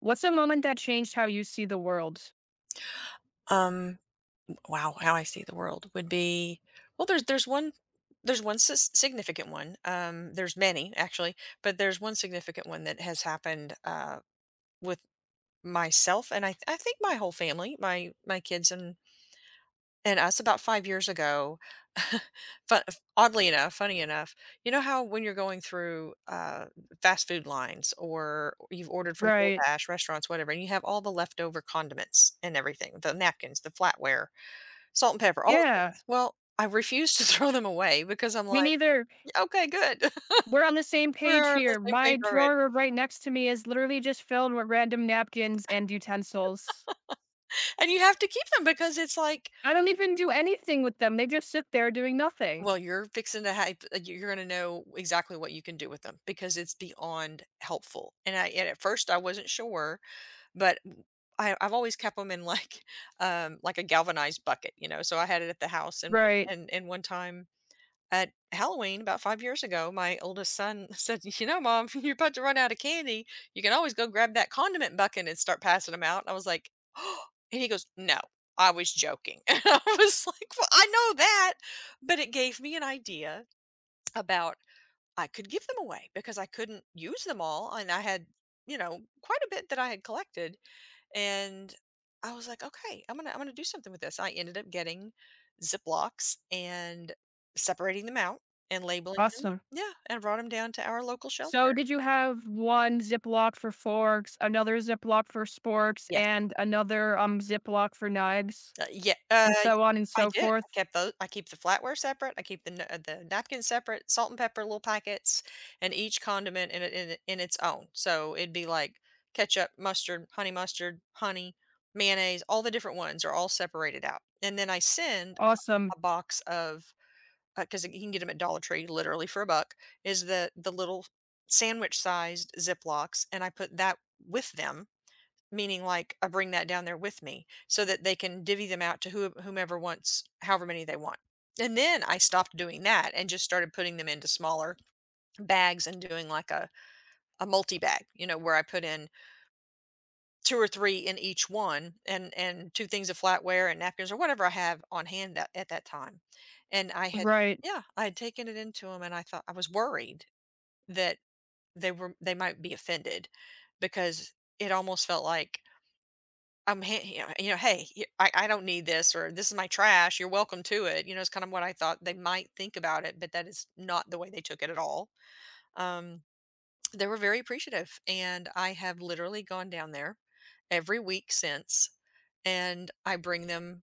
What's a moment that changed how you see the world? Um, wow, how I see the world would be, well, there's one there's one sis significant one. There's many actually, but there's one significant one that has happened with myself and I think my whole family, my kids and us about 5 years ago. Fun, oddly enough, funny enough, you know how when you're going through fast food lines, or you've ordered from Right. DoorDash, restaurants, whatever, and you have all the leftover condiments and everything, the napkins, the flatware, salt and pepper, all the Yeah. things. Well, I refuse to throw them away because I'm Me like, neither. "Yeah, okay, good. We're on the same page We're on the here. same page My already." drawer right next to me is literally just filled with random napkins and utensils. And you have to keep them because it's like, I don't even do anything with them. They just sit there doing nothing. well, you're fixing to have you're gonna know exactly what you can do with them because it's beyond helpful. And I and at first I wasn't sure, but I've always kept them in, like, like a galvanized bucket, you know, so I had it at the house, and Right. and one time at Halloween about 5 years ago, my oldest son said, "You know, Mom, you're about to run out of candy. You can always go grab that condiment bucket and start passing them out." And I was like, "Oh," and he goes, "No, I was joking." And I was like, "Well, I know that, but it gave me an idea about I could give them away because I couldn't use them all, and I had, you know, quite a bit that I had collected." And I was like, okay, I'm gonna do something with this. I ended up getting Ziplocs and separating them out and labeling them. Awesome. Yeah, and brought them down to our local So, shelter. did you have one Ziploc for forks, another Ziploc for sporks, Yes, and another Ziploc for knives, yeah, and so on and I so did. I forth? kept those. I keep the flatware separate. I keep the the napkins separate. Salt and pepper little packets, and each condiment in in its own. So it'd be like ketchup, mustard, honey, mayonnaise. All the different ones are all separated out, and then I send Awesome. a box of, because you can get them at Dollar Tree literally for a buck, is the little sandwich-sized Ziplocs, and I put that with them, meaning, like, I bring that down there with me so that they can divvy them out to whomever wants however many they want. And then I stopped doing that and just started putting them into smaller bags and doing, like, a multi-bag, you know, where I put in 2 or 3 in each one, and 2 things of flatware and napkins or whatever I have on hand that at that time. And I had, Right. yeah, I had taken it into them, and I thought, I was worried that they might be offended because it almost felt like I'm ha you know, "Hey, y I don't need this," or, "This is my trash. You're welcome to it." You know, it's kind of what I thought they might think about it, but that is not the way they took it at all. Um, they were very appreciative, and I have literally gone down there every week since, and I bring them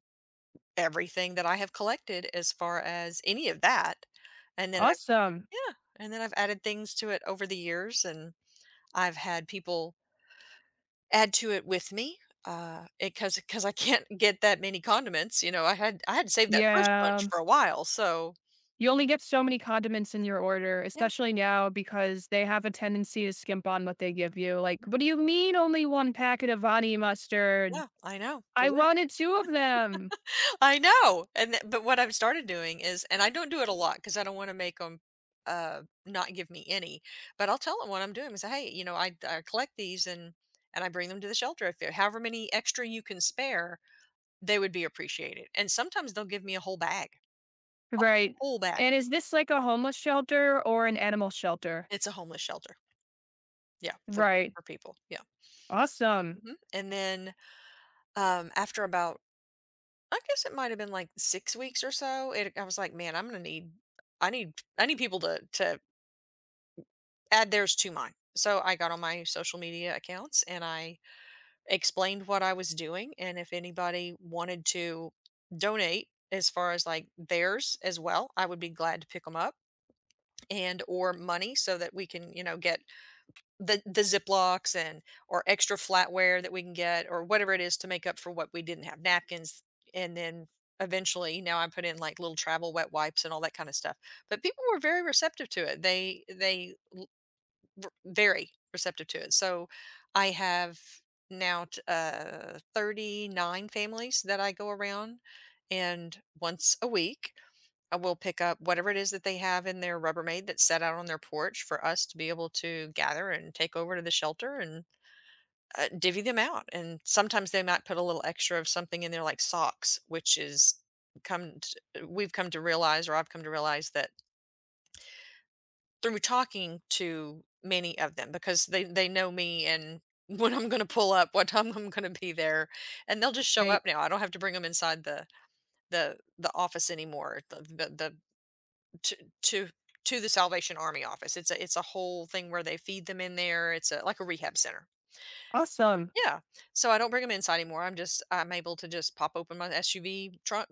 everything that I have collected as far as any of that. And then I Awesome. Yeah, and then I've added things to it over the years, and I've had people add to it with me. Because I can't get that many condiments, you know. I had to save that first bunch Yeah. for a while, so You only get so many condiments in your order, yeah, especially now because they have a tendency to skimp on what they give you. Like, what do you mean only one packet of honey mustard? yeah, I know, for I real. wanted two of them. I know, and th but what I've started doing is, and I don't do it a lot because I don't wanna make 'em, not give me any, but I'll tell them what I'm doing and say, "Hey," you know, "I collect these and I bring them to the shelter, if there however many extra you can spare, they would be appreciated," and sometimes they'll give me a whole bag, Right. whole bag. And is this like a homeless shelter or an animal shelter? It's a homeless shelter. Yeah, for Right. for people, yeah. Awesome. Mhm. And then, after about, I guess it might have been like 6 weeks or so, it I was like, "Man, I need people to" add theirs to mine. So I got on my social media accounts, and I explained what I was doing, and if anybody wanted to donate as far as like theirs as well, I would be glad to pick them up and or money, so that we can, you know, get the Ziplocs and or extra flatware that we can get or whatever it is to make up for what we didn't have, napkins. And then eventually now I put in like little travel wet wipes and all that kind of stuff. But people were very receptive to it. Very receptive to it. So I have now 39 families that I go around, and once a week, I will pick up whatever it is that they have in their Rubbermaid that's set out on their porch for us to be able to gather and take over to the shelter and divvy them out. And sometimes they might put a little extra of something in there, like socks, which is we've come to realize, or I've come to realize that, through talking to many of them, because they know me, and when I'm going to pull up, what time I'm going to be there, and they'll just show Right. up now. I don't have to bring them inside the office anymore. The to, to to The Salvation Army office. It's a whole thing where they feed them in there. It's a, like, a rehab center. Awesome. Yeah. So I don't bring them inside anymore. I'm able to just pop open my SUV trunk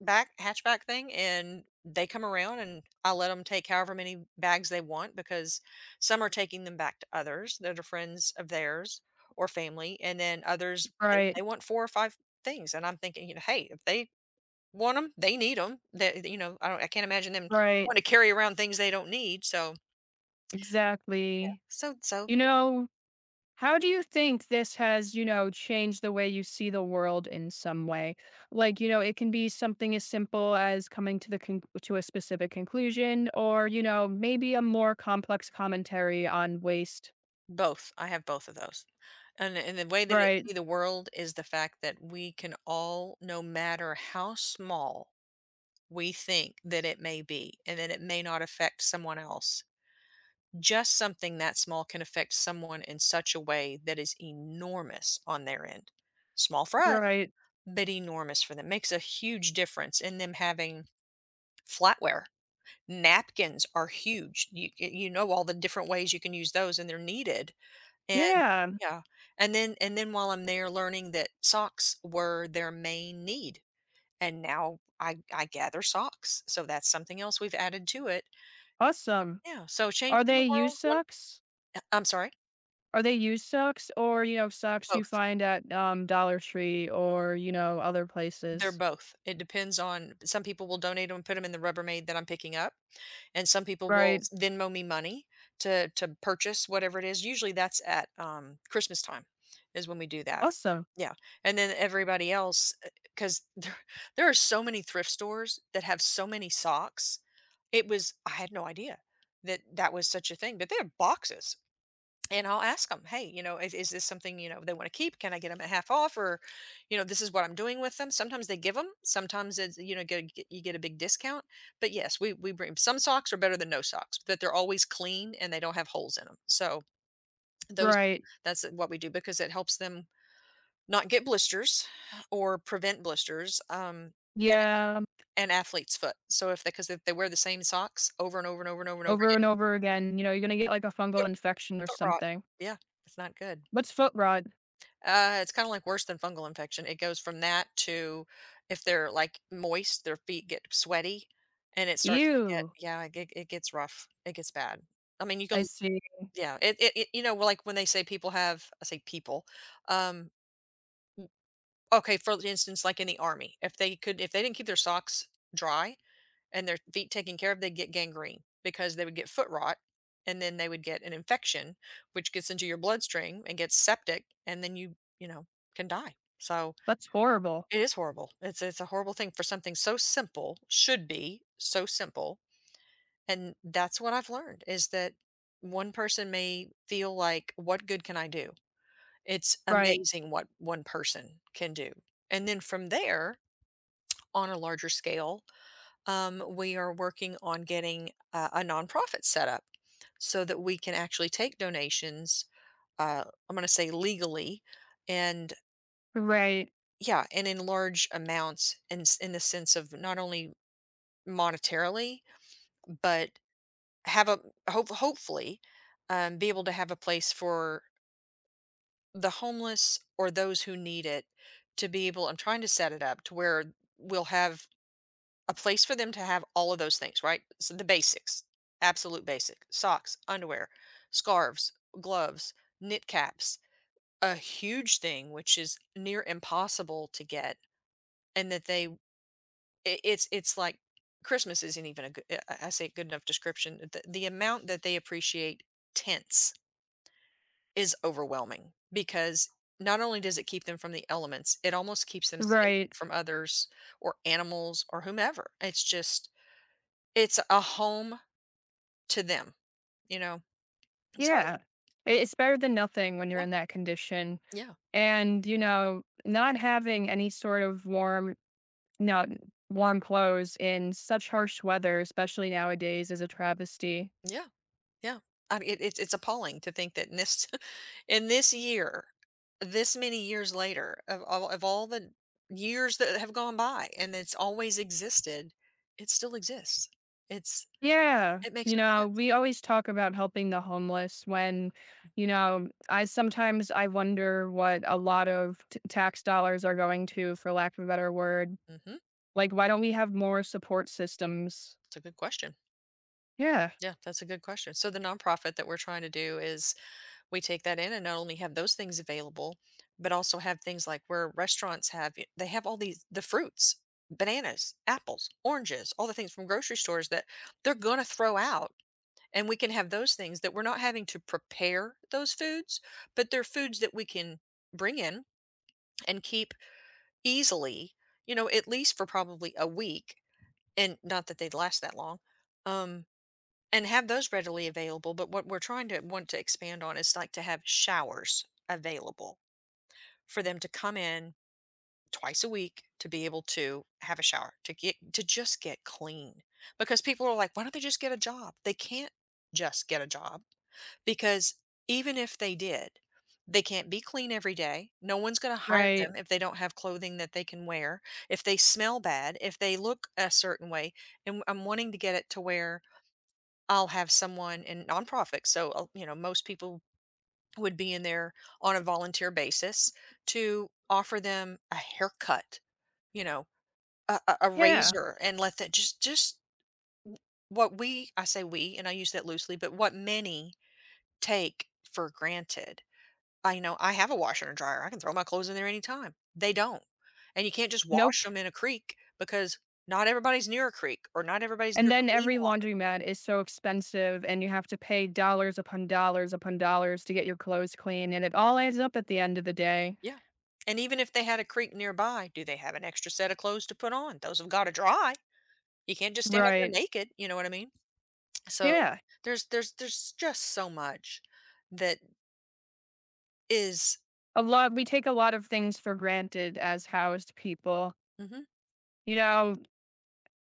back hatchback thing, and they come around, and I let them take however many bags they want because some are taking them back to others that are friends of theirs or family, and then others, they Right. want 4 or 5 things, and I'm thinking, you know, hey, if they want them, they need them. That You know, I can't imagine them Right. wanting to carry around things they don't need. So Exactly. so. You know, How do you think this has, changed the way you see the world in some way? Like, you know, it can be something as simple as coming to the to a specific conclusion or, you know, maybe a more complex commentary on waste. Both. I have both of those. And the way that I Right. see the world is the fact that we can all, no matter how small we think that it may be and that it may not affect someone else, just something that small can affect someone in such a way that is enormous on their end. Small for us, Right. but enormous for them. Makes a huge difference in them having flatware. Napkins are huge. You know all the different ways you can use those, and they're needed, and Yeah. yeah. And then while I'm there, learning that socks were their main need, and now I gather socks, so that's something else we've added to it. Awesome. Yeah, so Are changing the they used world one socks? I'm sorry? Are they used socks or, you know, socks you Both. find at Dollar Tree or, you know, other They're places? both. It depends. On some people will donate them and put them in the Rubbermaid that I'm picking up, and some people will Right. Venmo me money to purchase whatever it is. Usually that's at Christmas time is when we do that. Awesome. Yeah, and then everybody else, because there are so many thrift stores that have so many socks. It was, I had no idea that that was such a thing, but they have boxes, and I'll ask them, hey, you know, is this something, you know, they want to keep? Can I get them at half off? Or, you know, this is what I'm doing with them. Sometimes they give them, sometimes it's, you know, you get a big discount. But yes, we bring, some socks are better than no socks, but they're always clean and they don't have holes in them. So those, Right. that's what we do because it helps them not get blisters, or prevent blisters, Yeah. and athlete's foot. So if they, because if they wear the same socks over and over and over and over and over Over again, and over again, you know, you're gonna get, like, a fungal foot, infection or foot rot. something. Yeah, it's not good. What's foot rot? It's kinda like worse than fungal infection. It goes from that to, if they're, like, moist, their feet get sweaty, and it starts to get Ew. yeah, it gets rough. It gets bad. I mean, you can I see. yeah, like, when they say people have I say people, um, okay, for instance, like, in the army, if they didn't keep their socks dry and their feet taken care of, they'd get gangrene because they would get foot rot, and then they would get an infection, which gets into your bloodstream and gets septic, and then you can die. So That's horrible. it is horrible. It's a horrible thing for something so simple, should be so simple. And that's what I've learned is that one person may feel like, what good can I do? It's Right. amazing what one person can do. And then from there, on a larger scale, we are working on getting a nonprofit set up so that we can actually take donations, uh, I'm going to say legally, and Right. yeah, and in large amounts, and in the sense of not only monetarily, but have a hopefully, be able to have a place for the homeless or those who need it to be able I'm trying to set it up to where we'll have a place for them to have all of those things, right? So the basics, absolute basic socks, underwear, scarves, gloves, knit caps, a huge thing which is near impossible to get, and that they it's like Christmas isn't even a good. I say good enough description. The amount that they appreciate tents is overwhelming because not only does it keep them from the elements, it almost keeps them safe Right. from others or animals or whomever. It's just it's a home to them, you know. So Yeah. I it's better than nothing when you're yeah, in that condition, yeah, and, you know, not having any sort of warm not warm clothes in such harsh weather, especially nowadays, is a travesty. yeah. Yeah. I mean, it's appalling to think that in this in this year, this many years later, of all the years that have gone by and it's always existed, it still exists. It's Yeah. it makes You no know, sense. we always talk about helping the homeless when, I sometimes I wonder what a lot of tax dollars are going to, for lack of a better word. Hmm. Like, why don't we have more support systems? It's a good question. Yeah. Yeah, that's a good question. So the nonprofit that we're trying to do is we take that in and not only have those things available but also have things like where restaurants they have all these the fruits, bananas, apples, oranges, all the things from grocery stores that they're going to throw out, and we can have those things that we're not having to prepare those foods but they're foods that we can bring in and keep easily, you know, at least for probably a week, and not that they'd last that long. um and have those readily available, but what we're trying to want to expand on is like to have showers available for them to come in twice a week to be able to have a shower, to get to just get clean. Because people are like, why don't they just get a job? They can't just get a job because even if they did, they can't be clean every day. No one's going to hire Right. them if they don't have clothing that they can wear, if they smell bad, if they look a certain way. And I'm wanting to get it to where I'll have someone in nonprofit, so, you know, most people would be in there on a volunteer basis to offer them a haircut, you know, a Yeah. razor and let that just what we I say we, and I use that loosely, but what many take for granted. I know I have a washer and dryer, I can throw my clothes in there anytime. They don't, and you can't just wash Nope. them in a creek because not everybody's near a creek or not everybody's near And then clean every water. laundromat is so expensive, and you have to pay dollars upon dollars upon dollars to get your clothes clean. And it all adds up at the end of the day. Yeah. And even if they had a creek nearby, do they have an extra set of clothes to put on? Those have got to dry. You can't just stand out there Right. naked, you know what I mean? So Yeah. there's just so much that is A lot, we take a lot of things for granted as housed people. mhm. You know,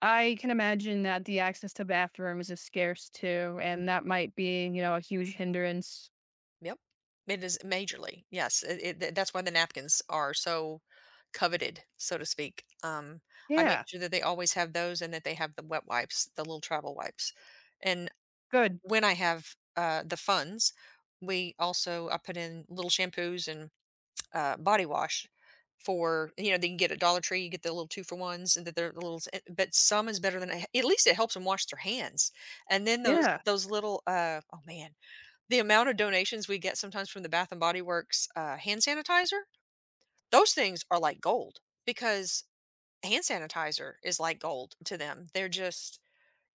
I can imagine that the access to bathrooms is scarce too, and that might be, you know, a huge hindrance. Yep. It is majorly. Yes, that's why the napkins are so coveted, so to speak. I make Yeah, sure that they always have those and that they have the wet wipes, the little travel wipes. And good. when I have the funds, we also I put in little shampoos and body wash for you know they can get at Dollar Tree. You get the little two for ones, and that they're the little, but some is better than at least it helps them wash their hands. And then those Yeah, those little oh man, the amount of donations we get sometimes from the Bath and Body Works hand sanitizer. Those things are like gold because hand sanitizer is like gold to them. They're just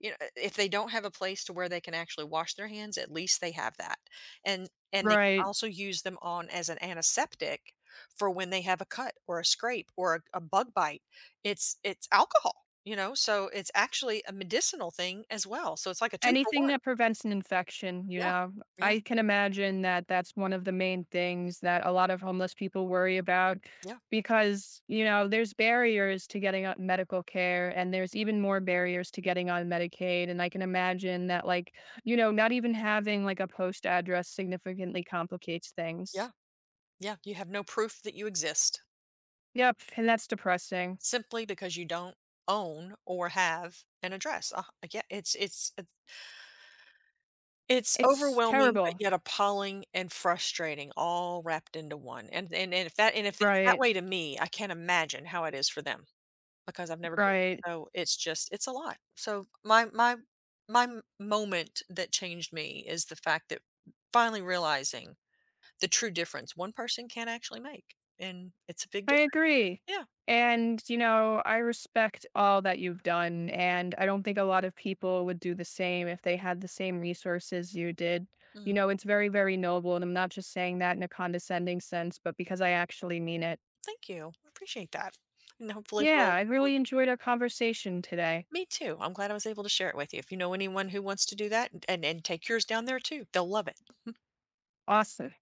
you know, if they don't have a place to where they can actually wash their hands, at least they have that, and they can right. also use them on as an antiseptic for when they have a cut or a scrape or a bug bite. It's alcohol, you know, so it's actually a medicinal thing as well, so it's like a 2 for Anything 1. that prevents an infection, you Yeah. know, Yeah, I can imagine that that's one of the main things that a lot of homeless people worry about yeah, because, you know, there's barriers to getting on medical care and there's even more barriers to getting on Medicaid. And I can imagine that, like, you know, not even having like a post address significantly complicates things. yeah, yeah, you have no proof that you exist Yep, and that's depressing. simply because you don't own or have an address. Yeah, it's It's overwhelming, but terrible. yet appalling and frustrating all wrapped into one, and if it's that Right, way to me, I can't imagine how it is for them because I've never been. right. So it's just it's a lot. So moment that changed me is the fact that finally realizing the true difference one person can actually make, and it's a big I difference. agree. Yeah. And, you know, I respect all that you've done, and I don't think a lot of people would do the same if they had the same resources you did. Mm. You know, it's very, very noble, and I'm not just saying that in a condescending sense, but because I actually mean it. Thank you. I appreciate that, and hopefully Yeah, we'll I really enjoyed our conversation today. Me too. I'm glad I was able to share it with you. If you know anyone who wants to do that and take yours down there too, they'll love it. Awesome.